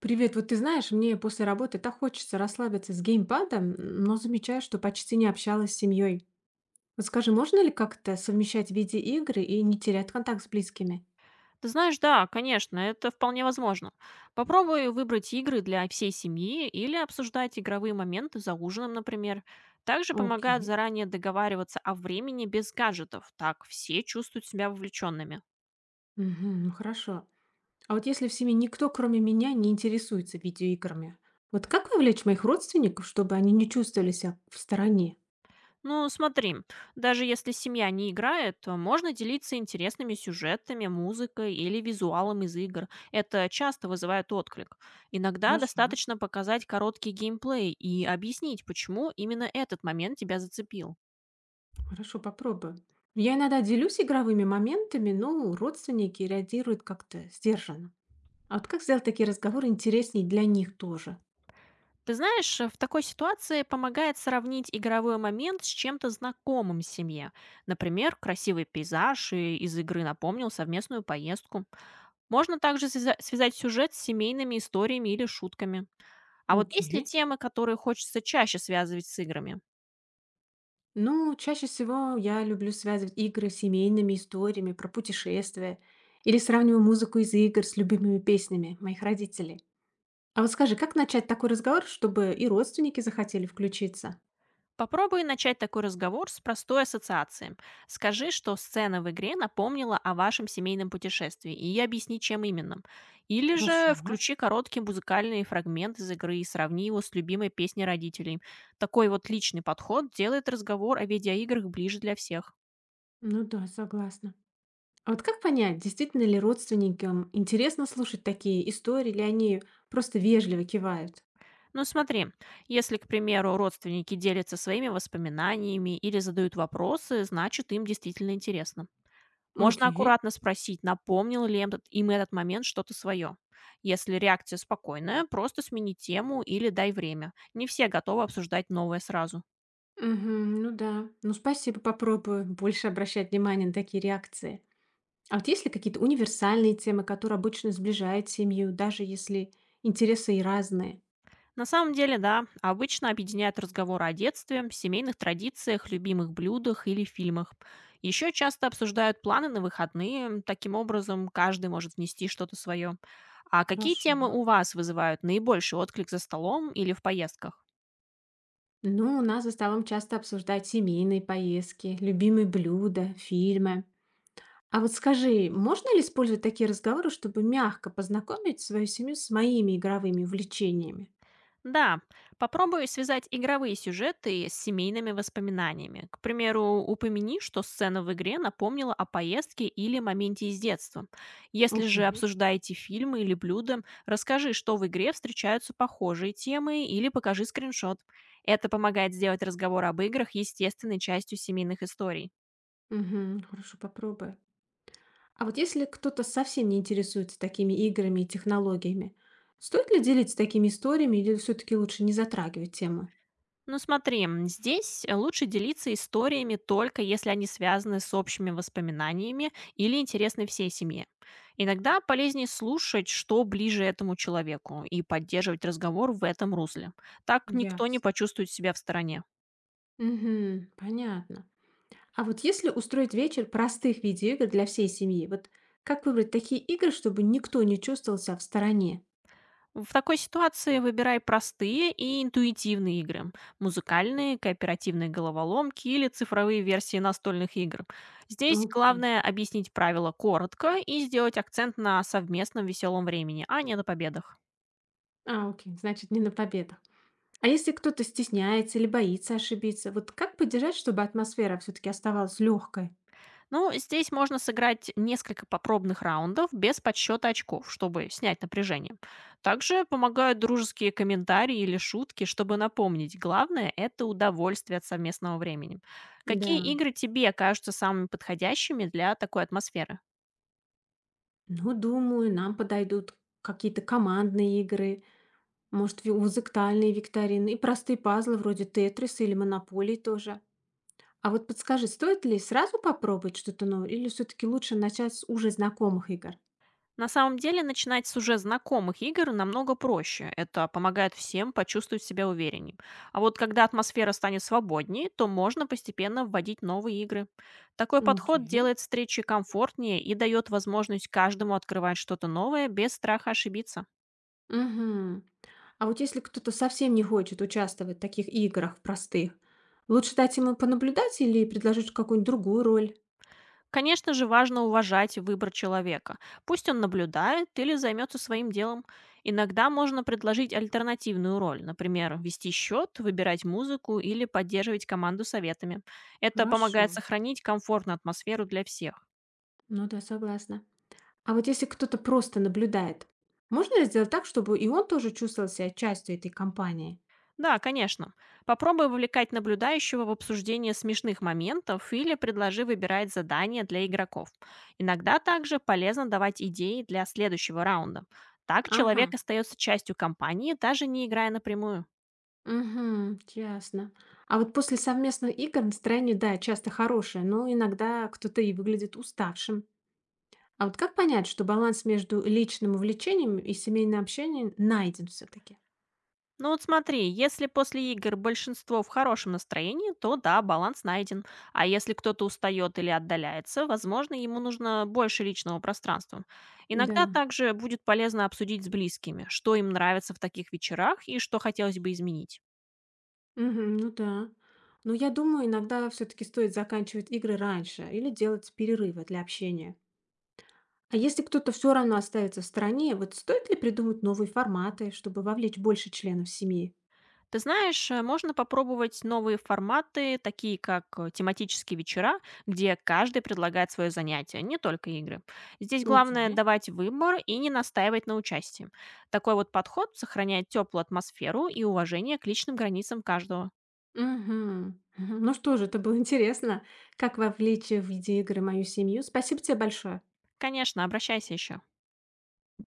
Привет, вот ты знаешь, мне после работы так хочется расслабиться с геймпадом, но замечаю, что почти не общалась с семьей. Вот скажи, можно ли как-то совмещать видеоигры и не терять контакт с близкими? Ты знаешь, да, конечно, это вполне возможно. Попробуй выбрать игры для всей семьи или обсуждать игровые моменты за ужином, например. Также помогают Окей. заранее договариваться о времени без гаджетов, так все чувствуют себя вовлеченными. Мгм, ну хорошо. А вот если в семье никто, кроме меня, не интересуется видеоиграми, вот как вовлечь моих родственников, чтобы они не чувствовали себя в стороне? Ну, смотри, даже если семья не играет, то можно делиться интересными сюжетами, музыкой или визуалом из игр. Это часто вызывает отклик. Иногда Хорошо. достаточно показать короткий геймплей и объяснить, почему именно этот момент тебя зацепил. Хорошо, попробую. Я иногда делюсь игровыми моментами, но родственники реагируют как-то сдержанно. А вот как сделать такие разговоры интереснее для них тоже? Ты знаешь, в такой ситуации помогает сравнить игровой момент с чем-то знакомым в семье. Например, красивый пейзаж и из игры напомнил совместную поездку. Можно также связать сюжет с семейными историями или шутками. А вот есть ли Окей. темы, которые хочется чаще связывать с играми? Ну, чаще всего я люблю связывать игры с семейными историями про путешествия или сравниваю музыку из игр с любимыми песнями моих родителей. А вот скажи, как начать такой разговор, чтобы и родственники захотели включиться? Попробуй начать такой разговор с простой ассоциацией. Скажи, что сцена в игре напомнила о вашем семейном путешествии, и объясни, чем именно. Или Хорошо. же включи короткий музыкальный фрагмент из игры и сравни его с любимой песней родителей. Такой вот личный подход делает разговор о видеоиграх ближе для всех. Ну да, согласна. А вот как понять, действительно ли родственникам интересно слушать такие истории, или они просто вежливо кивают? Ну смотри, если, к примеру, родственники делятся своими воспоминаниями или задают вопросы, значит, им действительно интересно. Можно Окей. аккуратно спросить, напомнил ли им этот момент что-то свое. Если реакция спокойная, просто смени тему или дай время. Не все готовы обсуждать новое сразу. Мгм. Ну да. Ну, спасибо, попробую больше обращать внимание на такие реакции. А вот есть ли какие-то универсальные темы, которые обычно сближают семью, даже если интересы и разные? На самом деле, да, обычно объединяют разговоры о детстве, семейных традициях, любимых блюдах или фильмах. Еще часто обсуждают планы на выходные, таким образом каждый может внести что-то свое. А какие Хорошо. темы у вас вызывают наибольший отклик за столом или в поездках? Ну, у нас за столом часто обсуждают семейные поездки, любимые блюда, фильмы. А вот скажи, можно ли использовать такие разговоры, чтобы мягко познакомить свою семью с моими игровыми увлечениями? Да, попробую связать игровые сюжеты с семейными воспоминаниями. К примеру, упомяни, что сцена в игре напомнила о поездке или моменте из детства. Если же Окей. обсуждаете фильмы или блюда, расскажи, что в игре встречаются похожие темы, или покажи скриншот. Это помогает сделать разговор об играх естественной частью семейных историй. Мгм. Хорошо, попробую. А вот если кто-то совсем не интересуется такими играми и технологиями, стоит ли делиться такими историями или все-таки лучше не затрагивать тему? Ну смотри, здесь лучше делиться историями, только если они связаны с общими воспоминаниями или интересны всей семье. Иногда полезнее слушать, что ближе этому человеку, и поддерживать разговор в этом русле. Так никто не Ясно. почувствует себя в стороне. Угу, понятно. А вот если устроить вечер простых видеоигр для всей семьи, вот как выбрать такие игры, чтобы никто не чувствовал себя в стороне? В такой ситуации выбирай простые и интуитивные игры. Музыкальные, кооперативные головоломки или цифровые версии настольных игр. Здесь Окей. главное объяснить правила коротко и сделать акцент на совместном веселом времени, а не на победах. А, окей, значит, не на победах. А если кто-то стесняется или боится ошибиться, вот как поддержать, чтобы атмосфера все-таки оставалась легкой? Ну, здесь можно сыграть несколько попробных раундов без подсчета очков, чтобы снять напряжение. Также помогают дружеские комментарии или шутки, чтобы напомнить. Главное– это удовольствие от совместного времени. Да. Какие игры тебе кажутся самыми подходящими для такой атмосферы? Ну, думаю, нам подойдут какие-то командные игры, может, музыкальные викторины и простые пазлы вроде Тетриса или Монополии тоже. А вот подскажи, стоит ли сразу попробовать что-то новое или все-таки лучше начать с уже знакомых игр? На самом деле, начинать с уже знакомых игр намного проще. Это помогает всем почувствовать себя увереннее. А вот когда атмосфера станет свободнее, то можно постепенно вводить новые игры. Такой подход Окей. делает встречи комфортнее и дает возможность каждому открывать что-то новое без страха ошибиться. Угу. А вот если кто-то совсем не хочет участвовать в таких играх простых, лучше дать ему понаблюдать или предложить какую-нибудь другую роль? Конечно же, важно уважать выбор человека. Пусть он наблюдает или займется своим делом. Иногда можно предложить альтернативную роль, например, вести счет, выбирать музыку или поддерживать команду советами. Это Хорошо. помогает сохранить комфортную атмосферу для всех. Ну да, согласна. А вот если кто-то просто наблюдает, можно ли сделать так, чтобы и он тоже чувствовал себя частью этой компании? Да, конечно. Попробуй вовлекать наблюдающего в обсуждение смешных моментов или предложи выбирать задания для игроков. Иногда также полезно давать идеи для следующего раунда. Так Ага. человек остается частью компании, даже не играя напрямую. Угу, ясно. А вот после совместных игр настроение, да, часто хорошее, но иногда кто-то и выглядит уставшим. А вот как понять, что баланс между личным увлечением и семейным общением найден все-таки? Ну вот смотри, если после игр большинство в хорошем настроении, то да, баланс найден. А если кто-то устает или отдаляется, возможно, ему нужно больше личного пространства. Да. Иногда также будет полезно обсудить с близкими, что им нравится в таких вечерах и что хотелось бы изменить. Мгм, ну да. Но я думаю, иногда все-таки стоит заканчивать игры раньше или делать перерывы для общения. А если кто-то все равно оставится в стороне, вот стоит ли придумать новые форматы, чтобы вовлечь больше членов семьи? Ты знаешь, можно попробовать новые форматы, такие как тематические вечера, где каждый предлагает свое занятие, не только игры. Здесь главное Окей. давать выбор и не настаивать на участии. Такой вот подход сохраняет теплую атмосферу и уважение к личным границам каждого. Мгм. Мгм. Ну что же, это было интересно, как вовлечь в виде игры мою семью. Спасибо тебе большое. Конечно, обращайся еще.